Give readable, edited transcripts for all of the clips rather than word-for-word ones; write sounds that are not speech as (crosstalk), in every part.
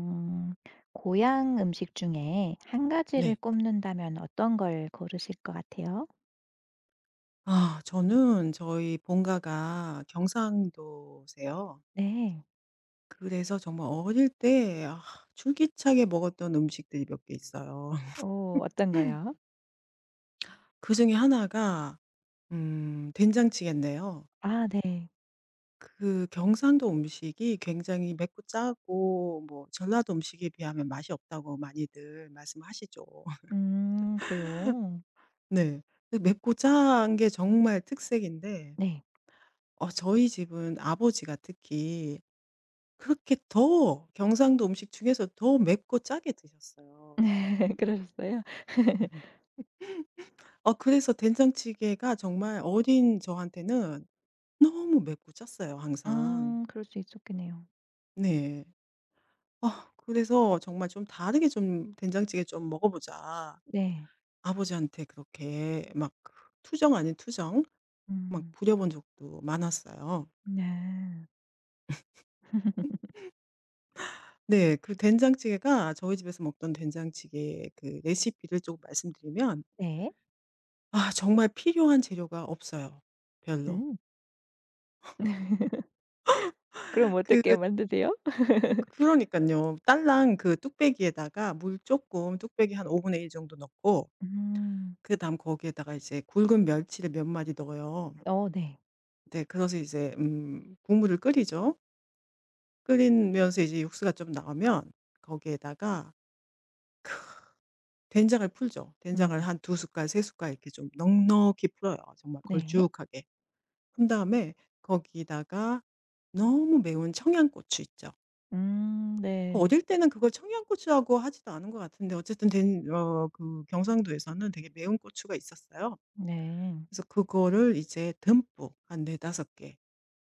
음, 고향 음식 중에 한 가지를 네. 꼽는다면 어떤 걸 고르실 것 같아요? 저는 저희 본가가 경상도세요. 네. 그래서 정말 어릴 때 줄기차게 먹었던 음식들이 몇 개 있어요. 오, 어떤 거요? (laughs) 그중에 하나가 된장찌개인데요. 아 네. 그 경상도 음식이 굉장히 맵고 짜고 뭐 전라도 음식에 비하면 맛이 없다고 많이들 말씀하시죠. (laughs) 그래요. 네. 근데 맵고 짠 게 정말 특색인데 네. 저희 집은 아버지가 특히 그렇게 더 경상도 음식 중에서 더 맵고 짜게 드셨어요. (laughs) 그러셨어요? (laughs) (laughs) 그래서 된장찌개가 정말 어린 저한테는 너무 맵고 짰어요 항상. 그럴 수 있었겠네요. 네. 그래서 정말 좀 "다르게 좀 된장찌개 좀 먹어보자." 네. 아버지한테 그렇게 막 투정 아닌 투정 막 음. 부려본 적도 많았어요. 네. (laughs) 네. 그 된장찌개가 저희 집에서 먹던 된장찌개 그 레시피를 조금 말씀드리면 네. 정말 필요한 재료가 없어요 별로. 음. 그럼 어떻게 그 만드세요? 그러니까요 딸랑 그 뚝배기에다가 물 조금 뚝배기 한 5분의 1 정도 넣고 음. 그다음 거기에다가 이제 굵은 멸치를 몇 마디 넣어요. 어 네. 네 그래서 이제 국물을 끓이죠. 끓이면서 이제 육수가 좀 나오면 거기에다가 된장을 풀죠. 된장을 음. 한 두 숟갈 세 숟갈 이렇게 좀 넉넉히 풀어요 정말 네. 걸쭉하게. 푼 다음에 거기다가 너무 매운 청양고추 있죠. 네. 어릴 때는 그걸 청양고추라고 하지도 않은 것 같은데 어쨌든 된 어 그 경상도에서는 되게 매운 고추가 있었어요. 네. 그래서 그거를 이제 듬뿍 한 4-5개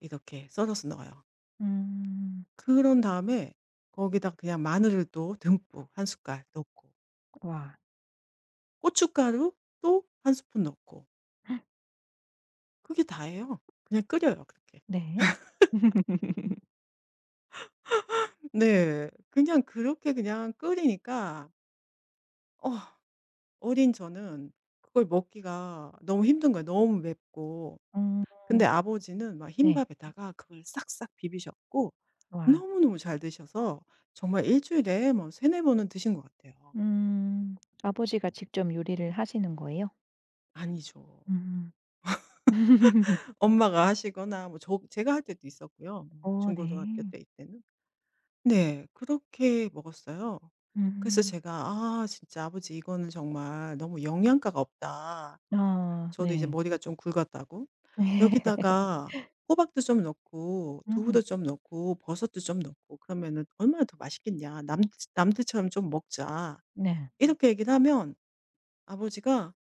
이렇게 썰어서 넣어요. 음. 그런 다음에 거기다 그냥 마늘을 또 듬뿍 한 숟갈 넣고 와. 고춧가루 또 한 스푼 넣고 그게 다예요. 그냥 끓여요 그렇게. 네. (laughs) 네. 그냥 그렇게 그냥 끓이니까 어 어린 저는 그걸 먹기가 너무 힘든 거예요. 너무 맵고. 음 근데 아버지는 막 네. 흰밥에다가 그걸 싹싹 비비셨고 와. 너무너무 잘 드셔서 정말 일 주일에 뭐 세네 번은 드신 것 같아요. 음. 아버지가 직접 요리를 하시는 거예요? 아니죠. 음. (laughs) 엄마가 하시거나 뭐 제가 할 때도 있었고요. 뭐 어 중고등학교 네. 때 이때는. 네. 그렇게 먹었어요. 그래서 음. 제가 '아 진짜 아버지 이거는 정말 너무 영양가가 없다.' 아 저도 이제 네. 머리가 좀 굵었다고. (laughs) 여기다가 호박도 좀 넣고 음. 두부도 좀 넣고 버섯도 좀 넣고 그러면은 얼마나 더 맛있겠냐. 남들 남들처럼 좀 먹자. 네. 이렇게 얘기를 하면 아버지가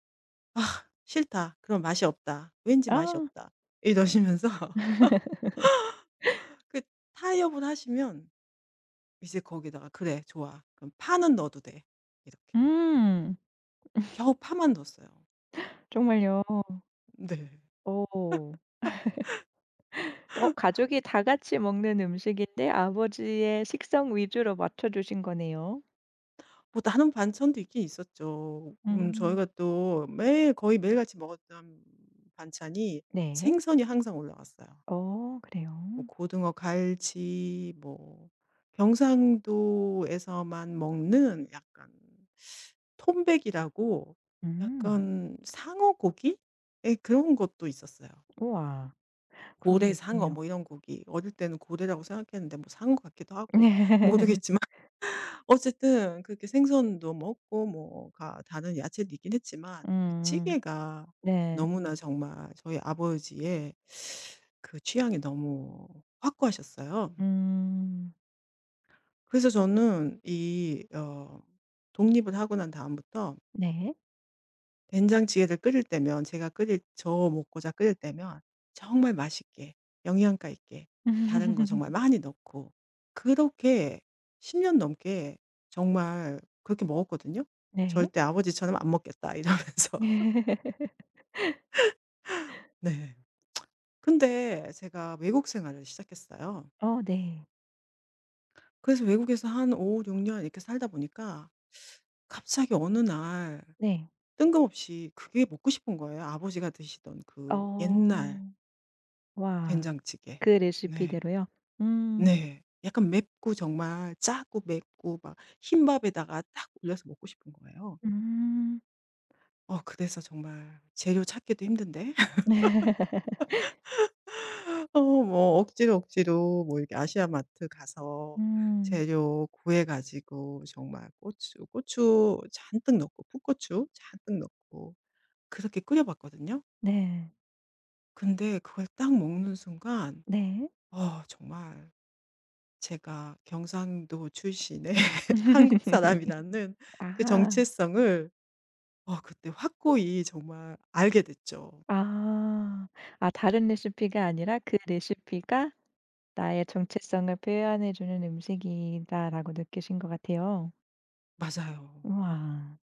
"싫다. 그럼 맛이 없다. 왠지 맛이 아. 없다." 이러시면서 (laughs) (laughs) 그 타협을 하시면 이제 거기다가 "그래 좋아. 그럼 파는 넣어도 돼." 이렇게. 음. 겨우 파만 넣었어요. 정말요? 네. 오. 어 가족이 다 같이 먹는 음식인데 아버지의 식성 위주로 맞춰 주신 거네요. 뭐 다른 반찬도 있긴 있었죠. 음. 저희가 또 매일 거의 매일같이 먹었던 반찬이 네. 생선이 항상 올라왔어요. 어 뭐 그래요? 고등어, 갈치 뭐 경상도에서만 먹는 약간 톰백이라고 음. 약간 상어 고기? 예 그런 것도 있었어요. 우와. 그런 게 고래, 상어 있군요. 뭐 이런 고기. 어릴 때는 고래라고 생각했는데 뭐 상어 같기도 하고 네. (laughs) 모르겠지만 어쨌든 그렇게 생선도 먹고 뭐가 다른 야채도 있긴 했지만 그 음. 찌개가 네. 너무나 정말 저희 아버지의 그 취향이 너무 확고하셨어요. 음. 그래서 저는 이 어 독립을 하고 난 다음부터 네. 된장찌개를 끓일 때면 제가 끓일 저 먹고자 끓일 때면 정말 맛있게 영양가 있게 다른 거 정말 (laughs) 많이 넣고 그렇게 10년 넘게 정말 그렇게 먹었거든요. 네. '절대 아버지처럼 안 먹겠다.' 이러면서. (laughs) (laughs) 네. 근데 제가 외국 생활을 시작했어요. 어 네. 그래서 외국에서 한 5-6년 이렇게 살다 보니까 갑자기 어느 날 네. 뜬금없이 그게 먹고 싶은 거예요. 아버지가 드시던 그 옛날 어. 와. 된장찌개. 그 네. 레시피대로요? 음. 네. 약간 맵고 정말 짜고 맵고 막 흰밥에다가 딱 올려서 먹고 싶은 거예요. 음. 그래서 정말 재료 찾기도 힘든데 (laughs) (laughs) 뭐 억지로 억지로 뭐 이렇게 아시아마트 가서 음. 재료 구해 가지고 정말 고추 고추 잔뜩 넣고 풋고추 잔뜩 넣고 그렇게 끓여 봤거든요. 네. 근데 그걸 딱 먹는 순간 네. 정말 제가 경상도 출신의 (laughs) 한국 사람이라는 (laughs) 그 아. 정체성을 그때 확고히 정말 알게 됐죠. 아. 아 다른 레시피가 아니라 그 레시피가 나의 정체성을 표현해 주는 음식이다라고 느끼신 것 같아요. 맞아요. 와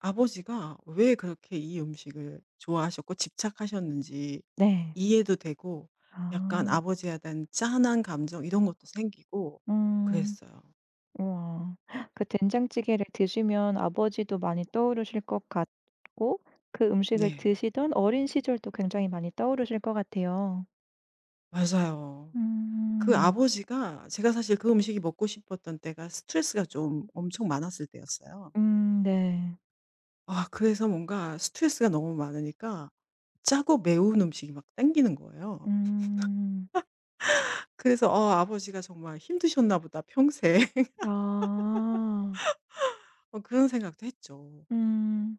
아버지가 왜 그렇게 이 음식을 좋아하셨고 집착하셨는지 네. 이해도 되고 약간 아. 아버지에 대한 짠한 감정 이런 것도 생기고 음. 그랬어요. 우와. 그 된장찌개를 드시면 아버지도 많이 떠오르실 것 같고 그 음식을 네. 드시던 어린 시절도 굉장히 많이 떠오르실 것 같아요. 맞아요. 그 음. 아버지가 제가 사실 그 음식이 먹고 싶었던 때가 스트레스가 좀 엄청 많았을 때였어요. 네. 그래서 뭔가 스트레스가 너무 많으니까 짜고 매운 음식이 막 땡기는 거예요. 음. 그래서 '어 아버지가 정말 힘드셨나 보다 평생.' (laughs) 아. 그런 생각도 했죠. 음.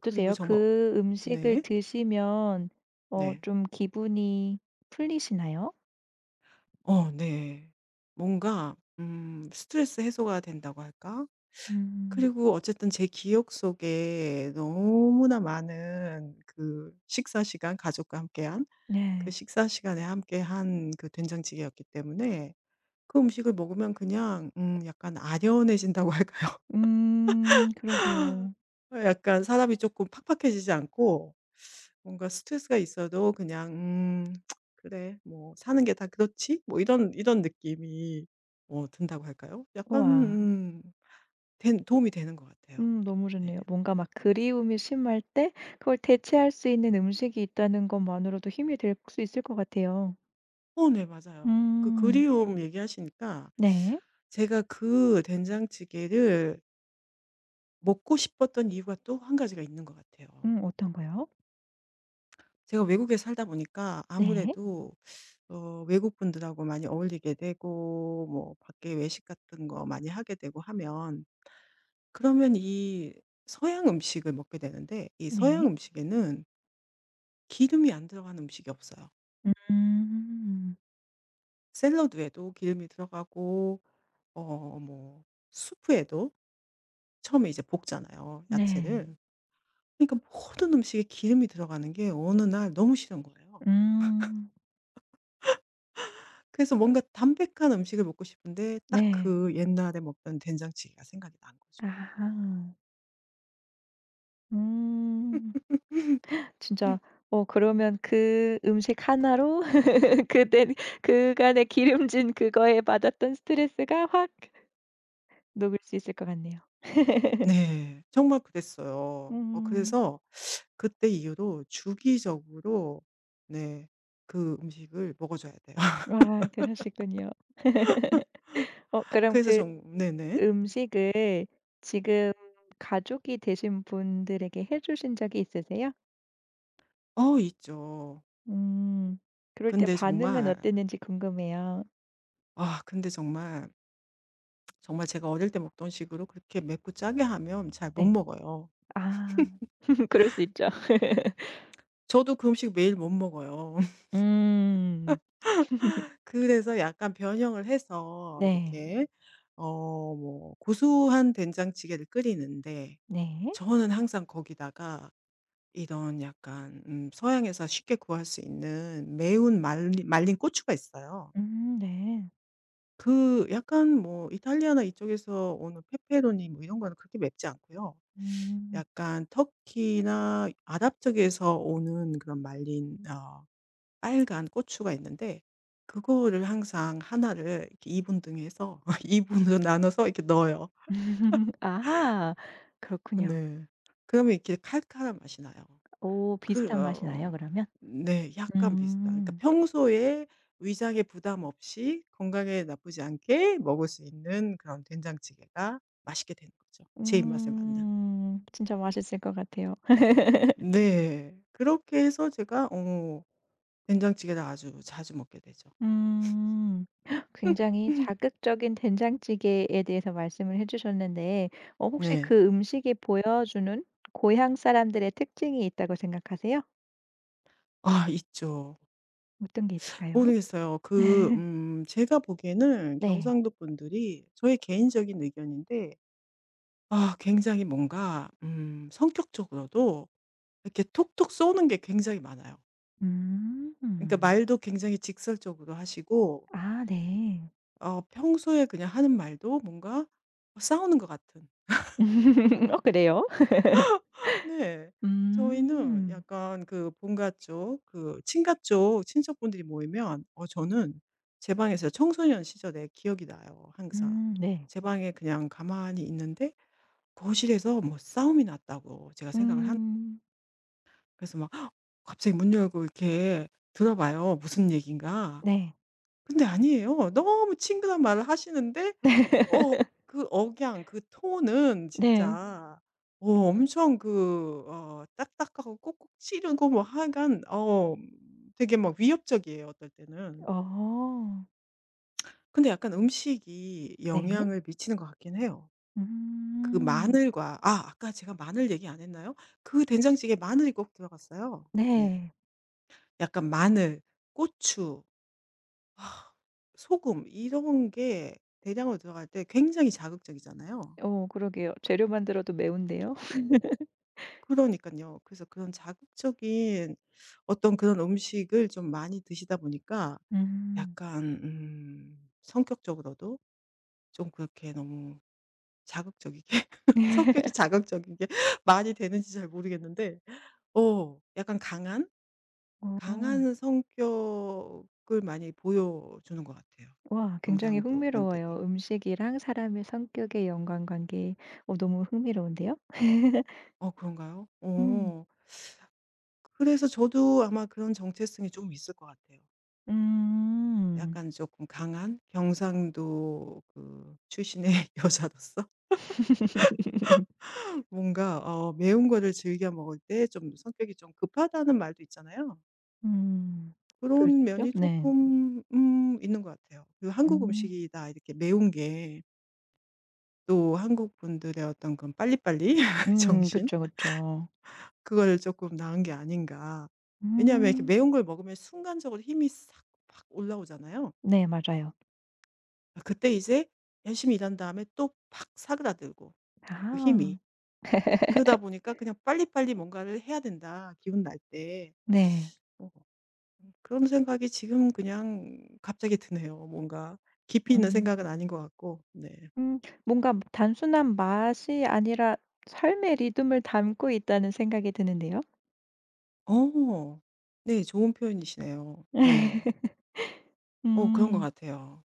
그리고 정말. 그 음식을 네. 드시면 어 네. 좀 기분이 풀리시나요? 네. 뭔가 스트레스 해소가 된다고 할까? 음. 그리고 어쨌든 제 기억 속에 너무나 많은 그 식사 시간 가족과 함께한 그 네. 식사 시간에 함께한 그 된장찌개였기 때문에 그 음식을 먹으면 그냥 약간 아련해진다고 할까요? (laughs) 그러게요. 약간 사람이 조금 팍팍해지지 않고 뭔가 스트레스가 있어도 그냥 '음 그래. 뭐 사는 게 다 그렇지?' 뭐 이런 느낌이 든다고 할까요? 약간 우와. 된 도움이 되는 것 같아요. 너무 네. 좋네요. 뭔가 막 그리움이 심할 때 그걸 대체할 수 있는 음식이 있다는 것만으로도 힘이 될 수 있을 것 같아요. 네 맞아요. 그 음 그리움 얘기하시니까 네. 제가 그 된장찌개를 먹고 싶었던 이유가 또 한 가지가 있는 것 같아요. 어떤 거요? 제가 외국에 살다 보니까 네. 아무래도 외국분들하고 많이 어울리게 되고 뭐 밖에 외식 같은 거 많이 하게 되고 하면 그러면 이 서양 음식을 먹게 되는데 이 네. 서양 음식에는 기름이 안 들어간 음식이 없어요. 음. 샐러드에도 기름이 들어가고 어 뭐 수프에도 처음에 이제 볶잖아요, 네. 야채를. 그러니까 모든 음식에 기름이 들어가는 게 어느 날 너무 싫은 거예요. 음 그래서 뭔가 담백한 음식을 먹고 싶은데 딱 네. 그 옛날에 먹던 된장찌개가 생각이 난 거죠. 아. 음. (laughs) 진짜 어 그러면 그 음식 하나로 (laughs) 그때 그간의 기름진 그거에 받았던 스트레스가 확 녹을 수 있을 것 같네요. 네. 정말 그랬어요. 음. 그래서 그때 이후로 주기적으로 네 그 음식을 먹어 줘야 돼요. (laughs) 아 그러시군요. 어 그럼 그래서 그 정 네네. 음식을 지금 가족이 되신 분들에게 해 주신 적이 있으세요? 있죠. 음. 그럴 때 근데 반응은 정말, 어땠는지 궁금해요. 근데 정말, 정말 제가 어릴 때 먹던 식으로 그렇게 맵고 짜게 하면 잘 못 네. 먹어요. 아. (laughs) 그럴 수 있죠. (laughs) 저도 그 음식 매일 못 먹어요. (laughs) 음. 그래서 약간 변형을 해서 네. 이렇게 뭐 고소한 된장찌개를 끓이는데 네. 저는 항상 거기다가 이런 약간 서양에서 쉽게 구할 수 있는 매운 말리 말린 고추가 있어요. 네. 그 약간 뭐 이탈리아나 이쪽에서 오는 페페로니 뭐 이런 거는 그렇게 맵지 않고요. 음. 약간 터키나 아랍 쪽에서 오는 그런 말린 빨간 고추가 있는데 그거를 항상 하나를 이렇게 2 분등해 서 2 분으로 (laughs) 나눠서 이렇게 넣어요. (laughs) 아하. 그렇군요. 네. 그러면 이렇게 칼칼한 맛이 나요. 오 그 비슷한 맛이 나요, 어 그러면? 네. 약간 비슷한. 그러니까 음. 평소에 위장에 부담 없이 건강에 나쁘지 않게 먹을 수 있는 그런 된장찌개가 맛있게 되는 거죠, 제 입맛에 맞는. 음. 진짜 맛있을 것 같아요. 네. 그렇게 해서 제가 된장찌개를 아주 자주 먹게 되죠. 음. (laughs) 굉장히 (laughs) 자극적인 된장찌개에 대해서 말씀을 해 주셨는데 어 혹시 네. 그 음식이 보여주는 고향 사람들의 특징이 있다고 생각하세요? 있죠. 어떤 게 있을까요? 모르겠어요. 그 (laughs) 제가 보기에는 네. 경상도 분들이 저의 개인적인 의견인데 굉장히 뭔가 성격적으로도 이렇게 톡톡 쏘는 게 굉장히 많아요. 그러니까 음. 말도 굉장히 직설적으로 하시고 아 네. 평소에 그냥 하는 말도 뭔가 싸우는 것 같은. (laughs) 어 그래요? 네. 저희는 음. 약간 그 본가 쪽, 그 친가 쪽 친척분들이 모이면 저는 제 방에서 청소년 시절에 기억이 나요, 항상. 네. 제 방에 그냥 가만히 있는데 거실에서 뭐 싸움이 났다고 제가 생각을 한. 음. 그래서 막 헉! 갑자기 문 열고 이렇게 들어봐요. 무슨 얘기인가. 네. 근데 아니에요. 너무 친근한 말을 하시는데 어 (laughs) 그 억양 그 톤은 네. 진짜 엄청 딱딱하고 꾹꾹 찌르고 뭐 하여간 되게 막 위협적이에요 어떨 때는. 어. 근데 약간 음식이 네. 영향을 미치는 것 같긴 해요. 그 음. 마늘과 아까 제가 마늘 얘기 안 했나요? 그 된장찌개에 마늘이 꼭 들어갔어요. 네. 네. 약간 마늘, 고추, 아 소금 이런 게 대량으로 들어갈 때 굉장히 자극적이잖아요. 어 그러게요. 재료만 들어도 매운데요. 그러니까요 그래서 그런 자극적인 어떤 그런 음식을 좀 많이 드시다 보니까 음. 약간 성격적으로도 좀 그렇게 너무 자극적이게 (laughs) 성격이 자극적인 게 (laughs) 많이 되는지 잘 모르겠는데 약간 강한, 오 강한 성격을 많이 보여주는 것 같아요, 와 굉장히 경상도 흥미로워요. 분들이. 음식이랑 사람의 성격의 연관관계. 어 너무 흥미로운데요? (laughs) 어 그런가요? 음. 어. 그래서 저도 아마 그런 정체성이 좀 있을 것 같아요. 음. 약간 조금 강한 경상도 그 출신의 (laughs) 여자로서 (laughs) 뭔가 매운 거를 즐겨 먹을 때 좀 성격이 좀 급하다는 말도 있잖아요. 음. 그럴 그런 죠 면이 네. 조금 있는 것 같아요. 그리고 한국 음. 음식이다 이렇게 매운 게 또 한국 분들의 어떤 그런 빨리빨리 (laughs) 음. 정신, 그쵸, 그쵸. 그걸 조금 나 낳은 게 아닌가. 왜냐하면 이렇게 음. 매운 걸 먹으면 순간적으로 힘이 싹 확 올라오잖아요. 네 맞아요. 아, 그때 이제 열심히 일한 다음에 또 팍 사그라들고 그 아. 힘이. 그러다 보니까 그냥 '빨리빨리 뭔가를 해야 된다, 기운 날 때.' 네. 어. 그런 생각이 지금 그냥 갑자기 드네요. 뭔가 깊이 있는 음. 생각은 아닌 것 같고. 네. 음 뭔가 단순한 맛이 아니라 삶의 리듬을 담고 있다는 생각이 드는데요. 어. 네. 좋은 표현이시네요. 네. (laughs) 그런 것 음. 같아요.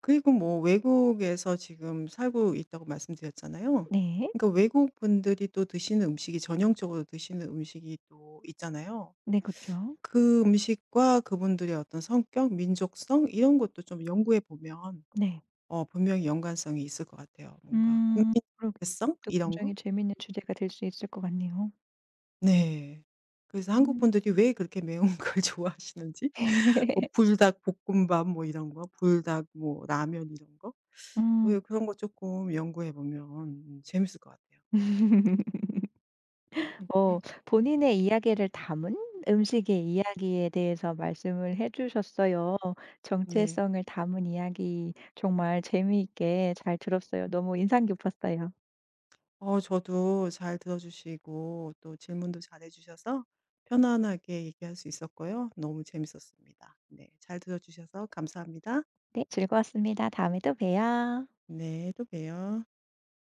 그리고 뭐 외국에서 지금 살고 있다고 말씀드렸잖아요. 네. 그러니까 외국 분들이 또 드시는 음식이 전형적으로 드시는 음식이 또 있잖아요. 네 그쵸. 그 음식과 그분들의 어떤 성격, 민족성 이런 것도 좀 연구해 보면 네. 분명히 연관성이 있을 것 같아요. 뭔가 국민 음 그러게 정체성 그것도 이런 거? 굉장히 재미있는 주제가 될 수 있을 것 같네요. 네. 그래서 한국 음. 분들이 왜 그렇게 매운 (laughs) 걸 좋아하시는지 뭐 (laughs) 불닭 볶음밥 뭐 이런 거, 불닭 뭐 라면 이런 거. 뭐 음. 그런 거 조금 연구해 보면 재밌을 것 같아요. (laughs) 음 어 본인의 이야기를 담은 음식의 이야기에 대해서 말씀을 해 주셨어요. 네. 정체성을 담은 이야기 정말 재미있게 잘 들었어요. 너무 인상 깊었어요. 저도 잘 들어주시고 또 질문도 잘해 주셔서 편안하게 얘기할 수 있었고요. 너무 재밌었습니다. 네. 잘 들어주셔서 감사합니다. 네, 즐거웠습니다. 다음에 또 봬요. 네. 또 봬요.